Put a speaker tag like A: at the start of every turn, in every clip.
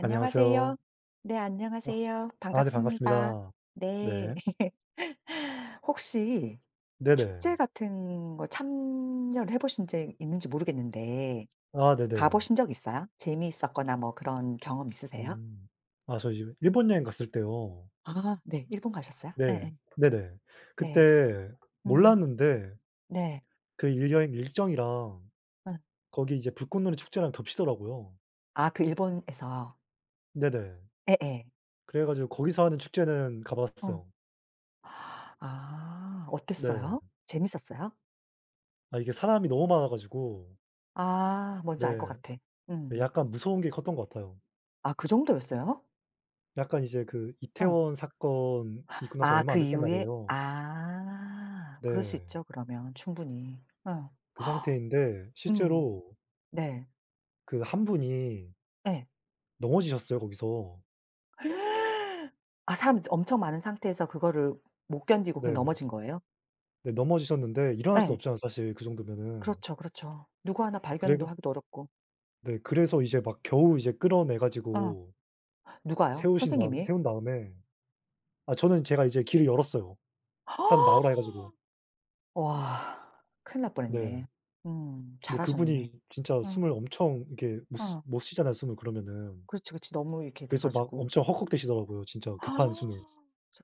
A: 안녕하세요.
B: 네,
A: 아
B: 안녕하세요.
A: 아 네
B: 반갑습니다.
A: 반갑습니다.
B: 네.
A: 네.
B: 혹시 축제
A: 네네.
B: 같은 거 참여를 해 보신 적 있는지 모르겠는데
A: 아
B: 가
A: 네네.
B: 보신 적 있어요? 재미있었거나 뭐 그런 경험 있으세요?
A: 음. 아 저 이제 일본 여행 갔을 때요.
B: 아, 네. 일본 가셨어요? 네네,
A: 네. 네네.
B: 네. 네.
A: 그때
B: 음.
A: 몰랐는데
B: 네.
A: 그 일 여행 일정이랑
B: 응.
A: 거기 이제 불꽃놀이 축제랑 겹치더라고요.
B: 아, 그 일본에서.
A: 네네.
B: 예예.
A: 그래 가지고 거기서 하는 축제는 가
B: 어.
A: 봤어요.
B: 아,
A: 네.
B: 어땠어요? 재밌었어요?
A: 아 이게 사람이 너무 많아 가지고
B: 아, 뭔지 알 것
A: 네.
B: 같아.
A: 네
B: 음.
A: 약간 무서운 게 컸던 것 같아요.
B: 아, 그 정도였어요?
A: 약간 이제 그
B: 어.
A: 이태원 사건 있고 나서
B: 아,
A: 얼마 안
B: 그
A: 됐단
B: 이후에.
A: 말이에요.
B: 아, 그럴 수
A: 네.
B: 있죠, 그러면 충분히. 어.
A: 그 상태인데
B: 음.
A: 실제로
B: 네.
A: 그 한 분이
B: 예.
A: 넘어지셨어요 거기서.
B: 아, 사람 엄청 많은 상태에서 그거를 못 견디고 그냥
A: 네.
B: 넘어진 거예요?
A: 네 넘어지셨는데 일어날 수
B: 예.
A: 없잖아요 사실 그 정도면은.
B: 그렇죠, 그렇죠. 누구 하나
A: 그래 가
B: 발견도 하기도 어렵고.
A: 네 그래서 이제 막 겨우 이제 끌어내
B: 어.
A: 가지고
B: 누가요?
A: 세우신 다
B: 선생님이?
A: 세운 다음에 아 저는 제가 이제 길을 열었어요. "사람 나오라." 해 가지고.
B: 와. 큰일 날
A: 네.
B: 뻔했네. 음.
A: 근데
B: 잘하셨네.
A: 그분이 진짜
B: 어.
A: 숨을 엄청 이렇게
B: 어.
A: 못 쉬잖아요 숨을 그러면은.
B: 그렇지, 그렇지. 너무 이렇게 돼
A: 그래서 막
B: 가지고.
A: 엄청 헉헉대시더라고요 진짜
B: 아,
A: 급한 숨을.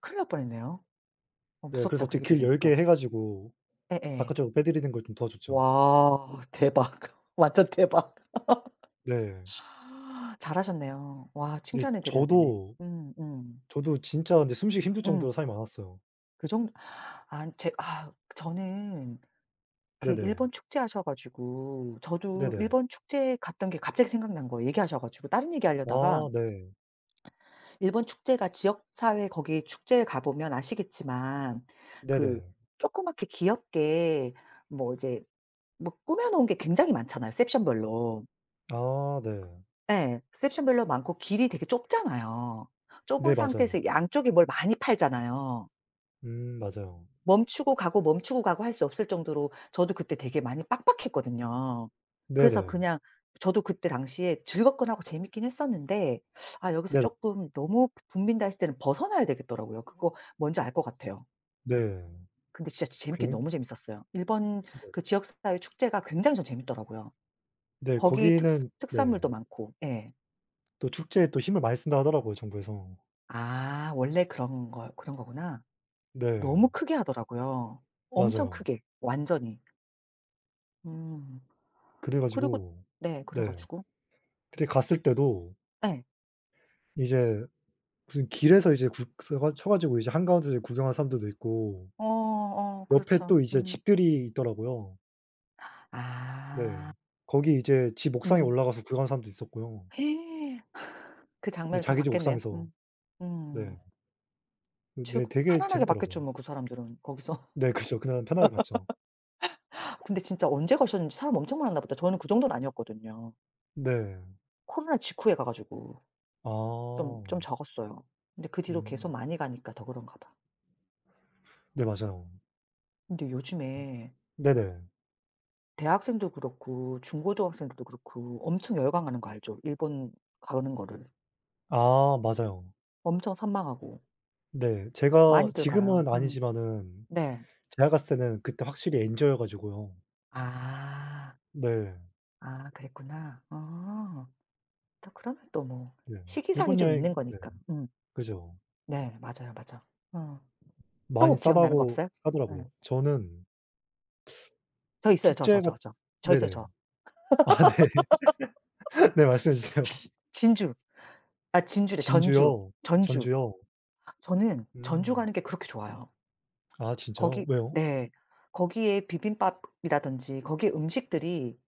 B: 큰일 날 뻔했네요. 어,
A: 네 그래서
B: 무섭다 그
A: 어떻게
B: 얘기
A: 길
B: 들으니까.
A: 열게 해 가지고
B: 에에.
A: 바깥쪽으로 빼 드리는 걸 좀 도와줬죠.
B: 와, 대박. 완전 대박.
A: 네.
B: 잘하셨네요. 와,
A: 근데
B: 칭찬해 드려야 되네.
A: 저도
B: 음. 음.
A: 진짜 근데 숨 쉬기 힘들
B: 음.
A: 정도로 사람이 많았어요.
B: 그 정도. 아 제 아 저는 그
A: 네네.
B: 일본 축제 하셔 가지고 저도
A: 네네.
B: 일본 축제에 갔던 게 갑자기 생각난 거예요, 얘기하셔 가지고. 다른 얘기하려다가.
A: 아 네.
B: 일본 축제가 지역 사회, 거기 축제에 가 보면 아시겠지만 그
A: 네네.
B: 조그맣게 귀엽게 뭐 이제 뭐 꾸며 놓은 게 굉장히 많잖아요, 섹션별로.
A: 아 네.
B: 예. 섹션별로 많고 길이 되게 좁잖아요.
A: 네
B: 좁은
A: 맞아요.
B: 상태에서 양쪽에 뭘 많이 팔잖아요.
A: 맞아요.
B: 멈추고 가고 멈추고 가고 할 수 없을 정도로 저도 그때 되게 많이 빡빡했거든요. 그래서
A: 네네.
B: 그냥, 저도 그때 당시에 즐겁긴 하고 재밌긴 했었는데 아, 여기서
A: 네네.
B: 쪼끔 너무 붐빈다 했을 때는 벗어나야 되겠더라고요. 그거 뭔지 알 것 같아요.
A: 네.
B: 근데 진짜 재밌긴
A: 굉
B: 너무 재밌었어요. 일본
A: 네.
B: 그 지역사회 축제가 굉장히 전 재밌더라고요.
A: 네
B: 거기 특스
A: 거기는 네.
B: 특산물도 많고. 예.
A: 또 축제에 또 힘을 많이 쓴다 하더라고요 정부에서.
B: 아, 원래 그런 거구나. 너무
A: 네.
B: 크게 하더라고요. 어. 엄청
A: 맞아요.
B: 크게 완전히. 음.
A: 그래
B: 그리고
A: 가지고
B: 네, 그래
A: 네.
B: 가지고.
A: 그때 갔을 때도
B: 예.
A: 이제 무슨 길에서 이제 굴 서 가 서 가지고 이제 한가운데서 구경하는 사람들도 있고
B: 어, 어,
A: 옆에
B: 그렇죠.
A: 또 이제
B: 음.
A: 집들이 있더라고요. 네.
B: 아.
A: 거기 이제 지 목상에
B: 음음.
A: 올라가서 구경하는 사람도 있었고요.
B: 그
A: 근데
B: 장면을 다
A: 자기 집
B: 봤겠네요.
A: 옥상에서.
B: 음. 음.
A: 네. 그
B: 주
A: 네 되게
B: 편안하게 봤겠죠
A: 재밌더라고요.
B: 뭐, 그 사람들은 거기서.
A: 네 그죠. 그날은 편하게 갔죠.
B: 근데 진짜 언제 가셨는지 사람 엄청 많았나 보다. 저는 그 정도는 아니었거든요.
A: 네.
B: 코로나 직후에 가 가지고 좀
A: 아.
B: 좀 적었어요. 근데 그 뒤로 계속
A: 음.
B: 많이 가니까 더 그런가 봐.
A: 네 맞아요.
B: 근데 요즘에
A: 네네.
B: 대학생도 그렇고 중고등학생들도 그렇고 엄청 열광하는 거 알죠? 일본 가는 거를.
A: 아 맞아요.
B: 엄청 선망하고
A: 네. 제가
B: 많이들 가요.
A: 지금은
B: 음.
A: 아니지만은
B: 네.
A: 제가 갔을 때는 그때 확실히 엔저여 가지고요.
B: 아.
A: 네.
B: 아, 그랬구나. 어. 또 그러면 또 뭐
A: 네.
B: 시기상이
A: 일본
B: 좀
A: 여행
B: 있는
A: 네.
B: 거니까. 음.
A: 그죠.
B: 네. 맞아요, 맞아. 어.
A: 많이
B: 또 기억나는 거
A: 싸다고
B: 없어요? 예.
A: 하더라고요. 저는
B: 저 있어요. 저, 저,
A: 축제가
B: 저, 저. 저 있어요,
A: 네네.
B: 저.
A: 아 네. 네 말씀해 주세요.
B: 진주. 아, 진주래. 전주.
A: 진주요?
B: 전주.
A: 전주요?
B: 저는 전주
A: 음.
B: 가는 게 그렇게 좋아요.
A: 아 진짜요?
B: 거기.
A: 왜요?
B: 네. 거기에 비빔밥이라든지 거기에 음식들이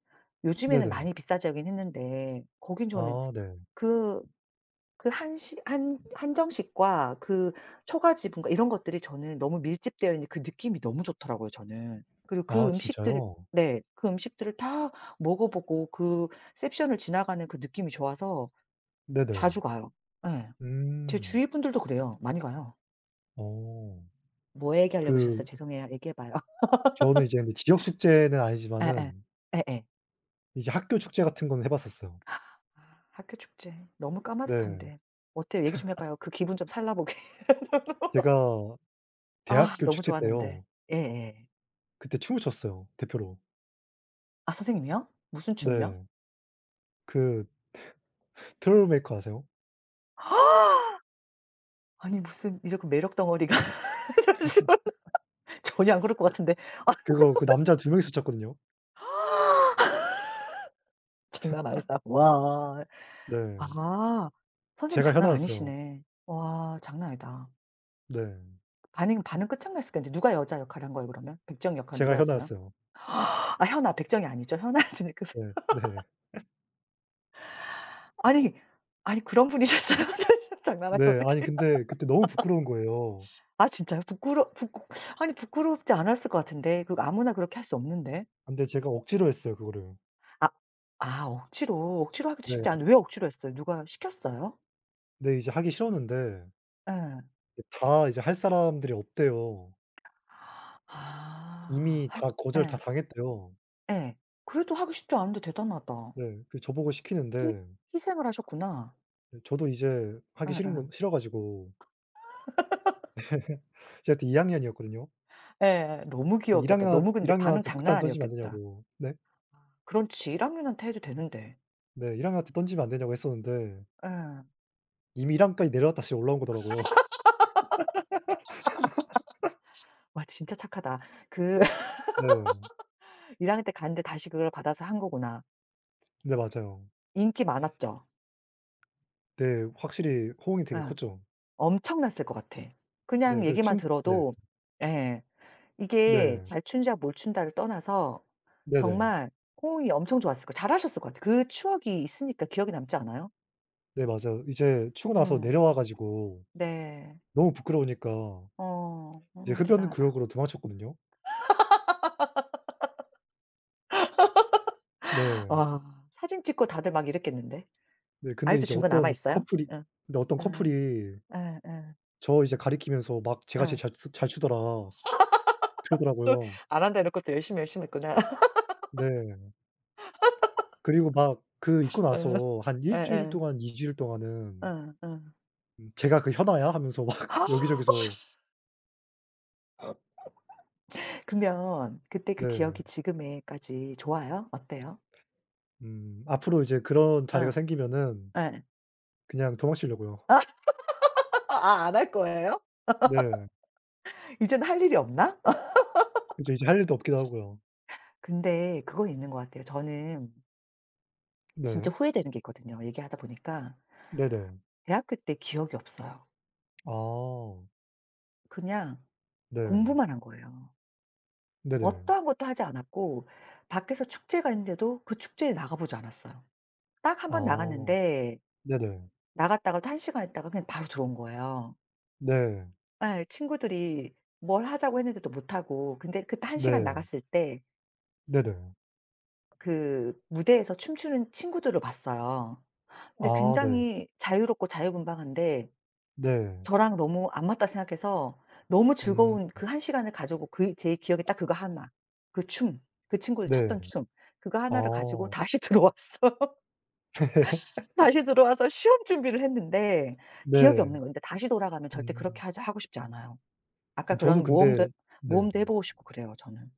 B: 요즘에는
A: 네네.
B: 많이 비싸지긴 했는데 거긴 저는
A: 아 네.
B: 그 그 한식 한 한정식과 그 초과 지분과 이런 것들이 저는 너무 밀집되어 있는 그 느낌이 너무 좋더라고요, 저는. 그리고 그
A: 아
B: 음식들.
A: 진짜요?
B: 네. 그 음식들을 다 먹어 보고 그 셉션을 지나가는 그 느낌이 좋아서
A: 네네.
B: 자주 가요. 예. 제
A: 음.
B: 주위 분들도 그래요. 많이 가요.
A: 어.
B: 뭐 얘기하려고 그러셨어요?
A: 그
B: 죄송해요. 얘기해 봐요.
A: 저는 이제 근데 지역 축제는
B: 예예.
A: 아니지만은
B: 예예.
A: 이제 학교 축제 같은 거는 해 봤었어요.
B: 아, 학교 축제 너무
A: 네.
B: 까마득한데. 어때요? 얘기 좀 해 봐요, 그 기분 좀 살라보게.
A: 제가
B: 아,
A: 대학교
B: 너무
A: 축제
B: 좋았는데.
A: 때요.
B: 예예.
A: 그때 춤을 췄어요, 대표로.
B: 아, 선생님이요? 무슨 춤이요?
A: 네. 그 트러블메이커 아세요?
B: 아니, 무슨 이렇게 매력 덩어리가. 잠시만. 전혀 안 그럴 것 같은데. 아.
A: 그거 그 남자 두 명이서 췄거든요.
B: 장난 아니다. 와.
A: 네.
B: 아, 선생님
A: 제가
B: 장난
A: 현아였어요.
B: 아니시네. 와, 장난 아니다.
A: 네.
B: 반응 끝장났을 텐데 누가 여자 역할을 한 거예요, 그러면? 백정 역할은
A: 제가
B: 누가 했어요?
A: 현아였어요.
B: 아, 현아, 백정이 아니죠. 현아 지금. 그,
A: 네. 네.
B: 아니, 아니, 그런 분이셨어요? 장난하죠. 어
A: 네.
B: 떡
A: 아니
B: 해
A: 근데 그때 너무 부끄러운 거예요.
B: 아, 진짜요? 부끄러 부 아니, 부끄럽지 않았을 것 같은데, 그 아무나 그렇게 할 수 없는데.
A: 근데 제가 억지로 했어요 그거를.
B: 아. 아, 억지로. 억지로 하기도
A: 네.
B: 쉽지 않은데 왜 억지로 했어요? 누가 시켰어요?
A: 근데 이제 하기 싫었는데
B: 예.
A: 이제 할 사람들이 없대요.
B: 아.
A: 이미
B: 할
A: 다 거절 다
B: 예.
A: 당했대요.
B: 예. 그래도 하기 쉽지 않은데 대단하다.
A: 네. 그 저보고
B: 희
A: 시키는데
B: 희생을 하셨구나.
A: 네 저도 이제 하기 싫은 건
B: 예예.
A: 싫어 가지고 제가 그때 2학년 학년이었거든요.
B: 예, 예, 너무
A: 그 1
B: 귀여웠겠다.
A: 학년
B: 너무.
A: 1학년
B: 근데 반응
A: 학년한테
B: 장난
A: 폭탄 던지면 안
B: 아니었겠다.
A: 되냐고 네.
B: 그런 지 1 학년한테 해도 되는데.
A: 네. 1학년 학년한테 던지면 안 되냐고 했었는데
B: 예.
A: 이미 1학년 학년까지 내려갔다 다시 올라온 거더라고요.
B: 와, 진짜 착하다. 그,
A: 네.
B: 1 학년 때 갔는데 다시 그걸 받아서 한 거구나.
A: 네 맞아요.
B: 인기 많았죠.
A: 네. 확실히 호응이 되게
B: 예.
A: 컸죠.
B: 엄청났을 것 같아.
A: 네.
B: 그냥
A: 그
B: 얘기만
A: 춤 네.
B: 들어도. 예. 이게
A: 네.
B: 잘 춘다 뭘 춘다를 떠나서
A: 네네.
B: 정말 호응이 엄청 좋았을 거, 잘하셨을 것 같아. 그 추억이 있으니까 기억에 남지 않아요?
A: 네 맞아요. 이제 추고 나서
B: 음.
A: 내려와 가지고
B: 네.
A: 너무 부끄러우니까
B: 어.
A: 이제
B: 음,
A: 흡연
B: 대단하다.
A: 구역으로 도망쳤거든요. 네.
B: 와. 사진 찍고 다들 막 이랬겠는데?
A: 네
B: 아직도 증거 남아 있어요? 응.
A: 근데 어떤
B: 응.
A: 커플이
B: 예예.
A: 저 이제 가리키면서 막 "쟤가 제일
B: 예.
A: 잘 추더라."
B: 또
A: 그러더라고요.
B: 안 한다 이런 고또 열심히, 열심히 했구나.
A: 네. 그리고 막 그 입고
B: 어.
A: 나서 한 1주일
B: 예예.
A: 동안 2주일 주일 동안은
B: 응, 응.
A: "쟤가 그 현아야?" 하면서 막
B: 응.
A: 여기저기서
B: 그러면 그때 그
A: 네.
B: 기억이 지금에까지 좋아요? 어때요?
A: 앞으로 이제 그런 자리가
B: 응,
A: 생기면은
B: 예.
A: 그냥 도망치려고요.
B: 아, 안 할 거예요?
A: 네.
B: 이제는 할 일이 없나?
A: 이제 할 일도 없기도 하고요.
B: 근데 그건 있는 것 같아요. 저는 진짜
A: 네.
B: 후회되는 게 있거든요, 얘기하다 보니까.
A: 네네.
B: 대학교 때 기억이 없어요.
A: 아.
B: 그냥
A: 네.
B: 공부만 한 거예요.
A: 네네.
B: 어떠한 것도 하지 않았고 밖에서 축제가 있는데도 그 축제에 나가 보지 않았어요. 딱 한 번
A: 아.
B: 나갔는데,
A: 네네.
B: 나갔다가도 1 시간 있다가 그냥 바로 들어온 거예요.
A: 네.
B: 예. 친구들이 뭘 하자고 했는데도 못 하고. 근데 그때 한 시간
A: 네.
B: 나갔을 때
A: 네네.
B: 그 무대에서 춤추는 친구들을 봤어요. 근데
A: 아 네.
B: 굉장히 자유롭고 자유분방한데
A: 네.
B: 저랑 너무 안 맞다 생각해서, 너무
A: 음.
B: 즐거운 그 한 시간을 가지고 그 제 기억에 딱 그거 하나, 그 춤, 그 친구들
A: 네.
B: 췄던 춤 그거 하
A: 아.
B: 나를 가지고 다시 들어왔어요. 다시 들어와서 시험 준비를 했는데 기억이
A: 네.
B: 없는 거예요. 근데 다시 돌아가면 절대 그렇게
A: 음.
B: 하자 하고 싶지 않아요. 아까
A: 저도
B: 그런 모험도
A: 근데 네.
B: 모험도 해 보고 싶고 그래요, 저는.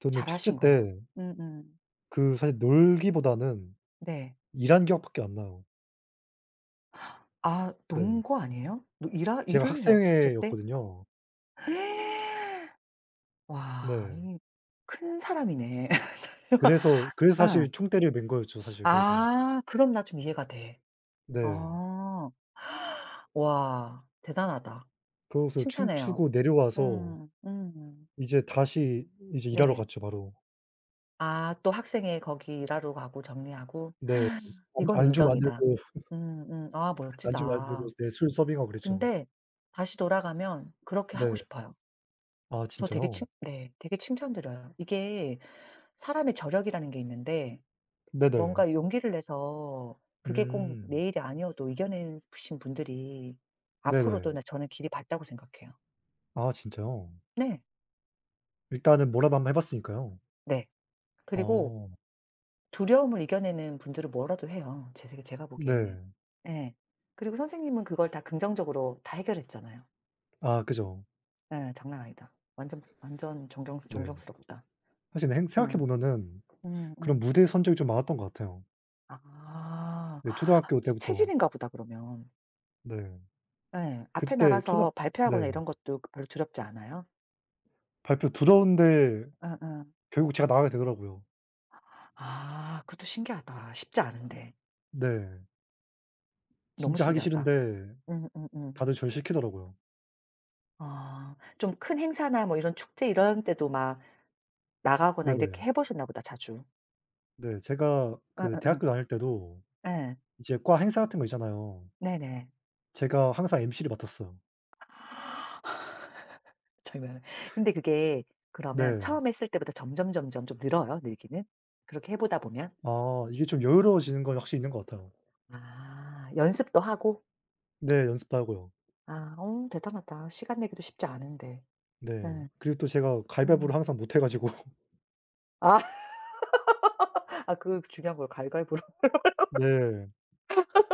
A: 저는 축제
B: 잘하신 거예요.
A: 때
B: 음음.
A: 그 사실 놀기보다는
B: 네.
A: 일한 기억밖에 안 나요.
B: 아,
A: 네.
B: 논거 아니에요? 노 일하
A: 제가
B: 일을 해요, 축제 때?
A: 학생회였거든요.
B: 와,
A: 네.
B: 이 큰 사람이네. 예.
A: 그래서 사실 총대를 맨 거였죠, 사실 그래서.
B: 아, 그럼 나 좀 이해가 돼.
A: 네.
B: 어. 와, 대단하다.
A: 그러고서
B: 칭찬해요.
A: 춤추고 내려와서
B: 음. 음.
A: 이제 다시 이제 일하러
B: 네.
A: 갔죠, 바로.
B: 아, 또 학생회 거기 일하러 가고 정리하고.
A: 네. 안
B: 이건
A: 안주
B: 인정이다.
A: 만들고
B: 음음. 아,
A: 안주 만들고
B: 멋지다.
A: 네 술 서빙하고 그랬죠.
B: 근데 다시 돌아가면 그렇게 하고
A: 네.
B: 싶어요.
A: 아
B: 저 되게
A: 진짜요?
B: 칭 네, 되게 칭찬드려요. 이게 사람의 저력이라는 게 있는데
A: 네네.
B: 뭔가 용기를 내서 그게 꼭
A: 음.
B: 내 일이 아니어도 이겨내신 분들이
A: 네네.
B: 앞으로도 나 저는 길이 밝다고 생각해요.
A: 아 진짜요?
B: 네.
A: 일단은 뭐라도 한번 해 봤으니까요.
B: 네. 그리고
A: 어.
B: 두려움을 이겨내는 분들은 뭐라도 해요, 제 세 제가 보기에는.
A: 네.
B: 예. 그리고 선생님은 그걸 다 긍정적으로 다 해결했잖아요.
A: 아 그죠.
B: 예. 장난 아니다. 완전 완전 존경스
A: 네.
B: 존경스럽다.
A: 사실 행
B: 예.
A: 생각해 보면은 그런
B: 음음.
A: 무대 선 적이 좀 많았던 것 같아요.
B: 아.
A: 네 초등학교
B: 그
A: 때부터.
B: 체질인가 보다 그러면.
A: 네.
B: 예. 앞에
A: 그때 초등
B: 나가서 발표하거나
A: 네.
B: 이런 것도 그 별로 두렵지 않아요?
A: 발표 두려운데
B: 예예.
A: 결국 제가 나가게 되더라고요.
B: 아, 그것도 신기하다. 쉽지 않은데.
A: 네.
B: 너무
A: 진짜 하기
B: 신기하다.
A: 싫은데
B: 음음음.
A: 다들 저를 시키더라고요.
B: 아. 좀 큰 행사나 뭐 이런 축제 이런 때도 막 나가거나 이렇게
A: 네네.
B: 해 보셨나 보다 자주.
A: 네. 제가 그
B: 예예예.
A: 대학교 다닐 때도
B: 예.
A: 이제 과 행사 같은 거 있잖아요.
B: 네네.
A: 제가 항상 MC를 맡았어요.
B: 정말. 근데 그게 그러면
A: 네.
B: 처음 했을 때보다 점점 점점 좀 늘어요, 늘기는? 그렇게 해 보다 보면?
A: 아 이게 좀 여유로워지는 건 확실히 있는 것 같아요.
B: 아, 연습도 하고?
A: 네. 연습도 하고요.
B: 아, 어, 대단하다. 시간 내기도 쉽지 않은데.
A: 네.
B: 응.
A: 그리고 또 제가
B: 음.
A: 가위바위보를 항상 못 해 가지고
B: 아. 아, 그 중요한 걸 가위바위보로.
A: 네.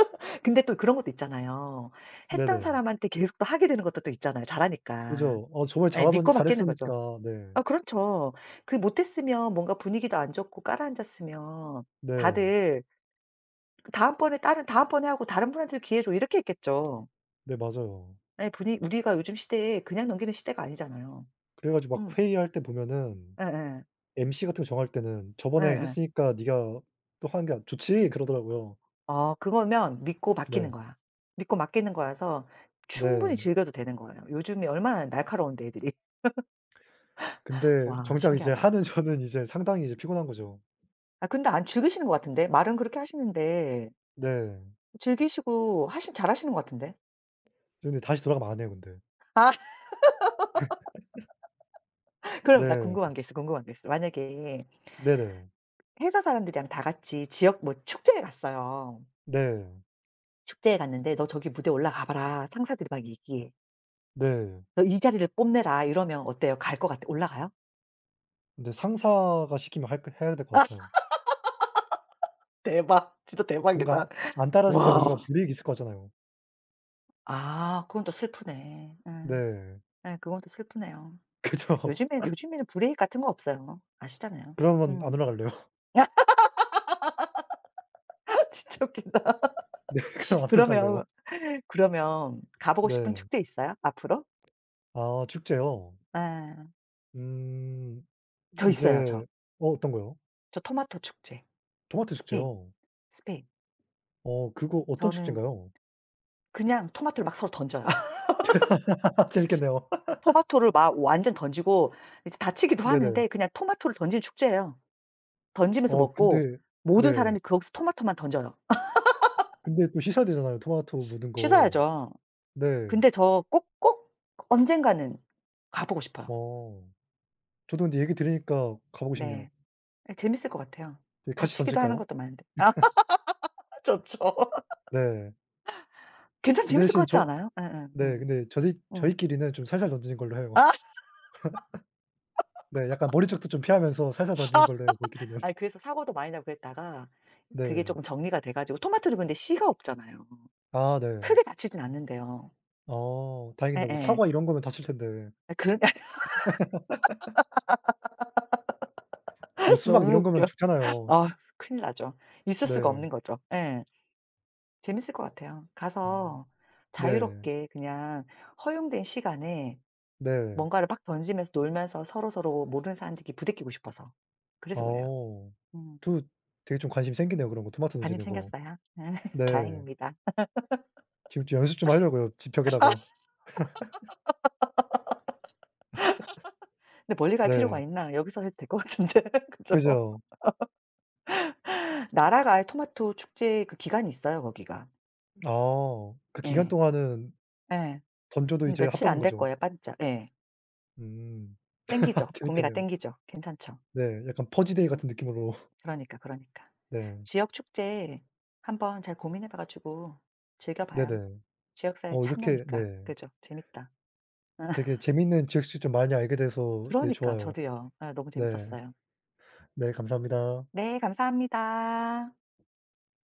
B: 근데 또 그런 것도 있잖아요. 했던
A: 네네.
B: 사람한테 계속 또 하게 되는 것도 또 있잖아요, 잘하니까.
A: 그죠. 어 정말
B: 예,
A: 잘하던
B: 믿고 맡기는 거죠.
A: 잘했으니까 네.
B: 아, 그렇죠. 그 못했으면 뭔가 분위기도 안 좋고 깔아앉았으면
A: 네.
B: 다들 다음번에 하고 다른 분한테도 기회 줘 이렇게 했겠죠.
A: 네 맞아요.
B: 예, 분위 우리가 요즘 시대에 그냥 넘기는 시대가 아니잖아요.
A: 그래 가지고
B: 음.
A: 막 회의할 때 보면은
B: 예예.
A: MC 같은 거 정할 때는 "저번에
B: 예예.
A: 했으니까 네가 또 하는 게 좋지." 그러더라고요.
B: 어, 그거면 믿고 맡기는
A: 네.
B: 거야. 믿고 맡기는 거라서 충분히
A: 네.
B: 즐겨도 되는 거예요. 요즘에 얼마나 날카로운데 애들이.
A: 근데
B: 와,
A: 정작 이제
B: 신기하다.
A: 하는 저는 이제 상당히 이제 피곤한 거죠.
B: 아, 근데 안 즐기시는 것 같은데? 말은 그렇게 하시는데
A: 네.
B: 즐기시고 하시 잘하시는 것 같은데?
A: 근데 다시 돌아가면 안 해요 근데.
B: 아. 그럼 나
A: 네.
B: 궁금한 게 있어, 궁금한 게 있어. 만약에
A: 네네.
B: 회사 사람들이랑 다 같이 지역 뭐 축제에 갔어요.
A: 네.
B: 축제에 갔는데 "너 저기 무대에 올라가 봐라." 상사들이 막 얘기해.
A: 네.
B: "너 이 자리를 뽐내라." 이러면 어때요? 갈 것 같아, 올라가요?
A: 근데 상사가 시키면 할 거 해야 될 것 같아요.
B: 대박. 진짜
A: 뭔가
B: 대박이다.
A: 안 따랐을 때
B: 와.
A: 뭔가 불이익이 있을 거잖아요.
B: 아, 그건 또 슬프네. 예.
A: 네.
B: 예, 그건 또 슬프네요. 요
A: 그죠.
B: 즘에 요즘에는 브레이크 같은 거 없어요. 아시잖아요.
A: 그러면 안
B: 음.
A: 올라갈래요.
B: 아, 진짜 웃긴다.
A: 네. 그럼 안 올라갈래요.
B: 그러면 그러면 가 보고 싶은
A: 네.
B: 축제 있어요, 앞으로?
A: 아 축제요?
B: 예.
A: 음.
B: 저 있어요, 저.
A: 이제 어 어떤 거요?
B: 저, 토마토 축제.
A: 토마토
B: 스페인,
A: 축제요?
B: 스페인.
A: 어 그거 어떤
B: 저는
A: 축제인가요?
B: 그냥 토마토를 막 서로 던져요.
A: 재밌겠네요.
B: 토마토를 막 완전 던지고 이제 다치기도
A: 네네.
B: 하는데 그냥 토마토를 던지는 축제예요. 던지면서
A: 어
B: 먹고
A: 근데
B: 모든
A: 네.
B: 사람이 거기서 토마토만 던져요.
A: 근데 또 씻어야 되잖아요, 토마토 묻은 거.
B: 씻어야죠.
A: 네.
B: 근데 저 꼭 꼭 언젠가는 가 보고 싶어요.
A: 어. 저도 근데 얘기 들으니까 가 보고 싶네요.
B: 네. 예, 재밌을 것 같아요.
A: 예 같이
B: 다치기도 하는
A: 던질까요?
B: 것도 많은데. 아, 좋죠.
A: 네.
B: 괜찮
A: 그
B: 재밌을 것
A: 대신
B: 같지
A: 저
B: 않아요? 예예.
A: 네
B: 음음.
A: 근데
B: 음.
A: 저희끼리는 좀 살살 던지는 걸로 해요.
B: 아.
A: 네 약간 머리 쪽도 좀 피하면서 살살 던지는 걸로 해요, 저희끼리는.
B: 아니, 그래서 사고도 많이 나고 그랬다가 그게
A: 네.
B: 쪼끔 정리가 돼 가지고. 토마토도 근데 씨가 없잖아요.
A: 아 네.
B: 크게 다치진 않는데요.
A: 어 다행이네요. 뭐
B: 예예.
A: 사과 이런 거면 다칠 텐데.
B: 아, 그런.
A: 뭐 수박
B: 너무
A: 이런
B: 웃겨.
A: 거면 죽잖아요.
B: 아, 큰일 나죠. 있을 수가
A: 네.
B: 없는 거죠. 예. 재밌을 것 같아요.
A: 음.
B: 가서
A: 네.
B: 자유롭게 그냥 허용된 시간에
A: 네.
B: 뭔가를 막 던지면서 놀면서 서로서로 모르는 사람들끼리 부대끼고 싶어서. 그래서 그래요.
A: 어.
B: 음.
A: 저도 되게 좀 관심이 생기네요, 그런 거 토마토
B: 관심
A: 던지는 거.
B: 생겼어요?
A: 네.
B: 다행입니다.
A: 지금 좀 연습 좀 하려고요, 집 벽에다가.
B: 근데 멀리 갈
A: 네.
B: 필요가 있나? 여기서 해도 될 것 같은데. 그죠?
A: 그죠.
B: 나라가 아예 토마토 축제 그 기간이 있어요, 거기가.
A: 아. 그 기간
B: 예.
A: 동안은
B: 예.
A: 던져도
B: 근데
A: 이제
B: 며칠
A: 합법인
B: 안될
A: 거죠.
B: 거예요, 봤 예.
A: 음. 아,
B: 땡기죠. 구미가
A: 재밌겠네요.
B: 땡기죠. 괜찮죠.
A: 네. 약간 퍼지데이 같은
B: 음.
A: 느낌으로.
B: 그러니까, 그러니까.
A: 네.
B: 지역 축제 한번 잘 고민해 봐 가지고 즐겨 봐요.
A: 네네.
B: 지역사회
A: 어 이렇게
B: 참여니까.
A: 네
B: 그죠? 재밌다.
A: 되게 재밌는 지역식 좀 많이 알게 돼서 되게
B: 그러니까
A: 좋아요.
B: 저도요. 아, 너무
A: 네.
B: 재밌었어요.
A: 네 감사합니다.
B: 네, 감사합니다.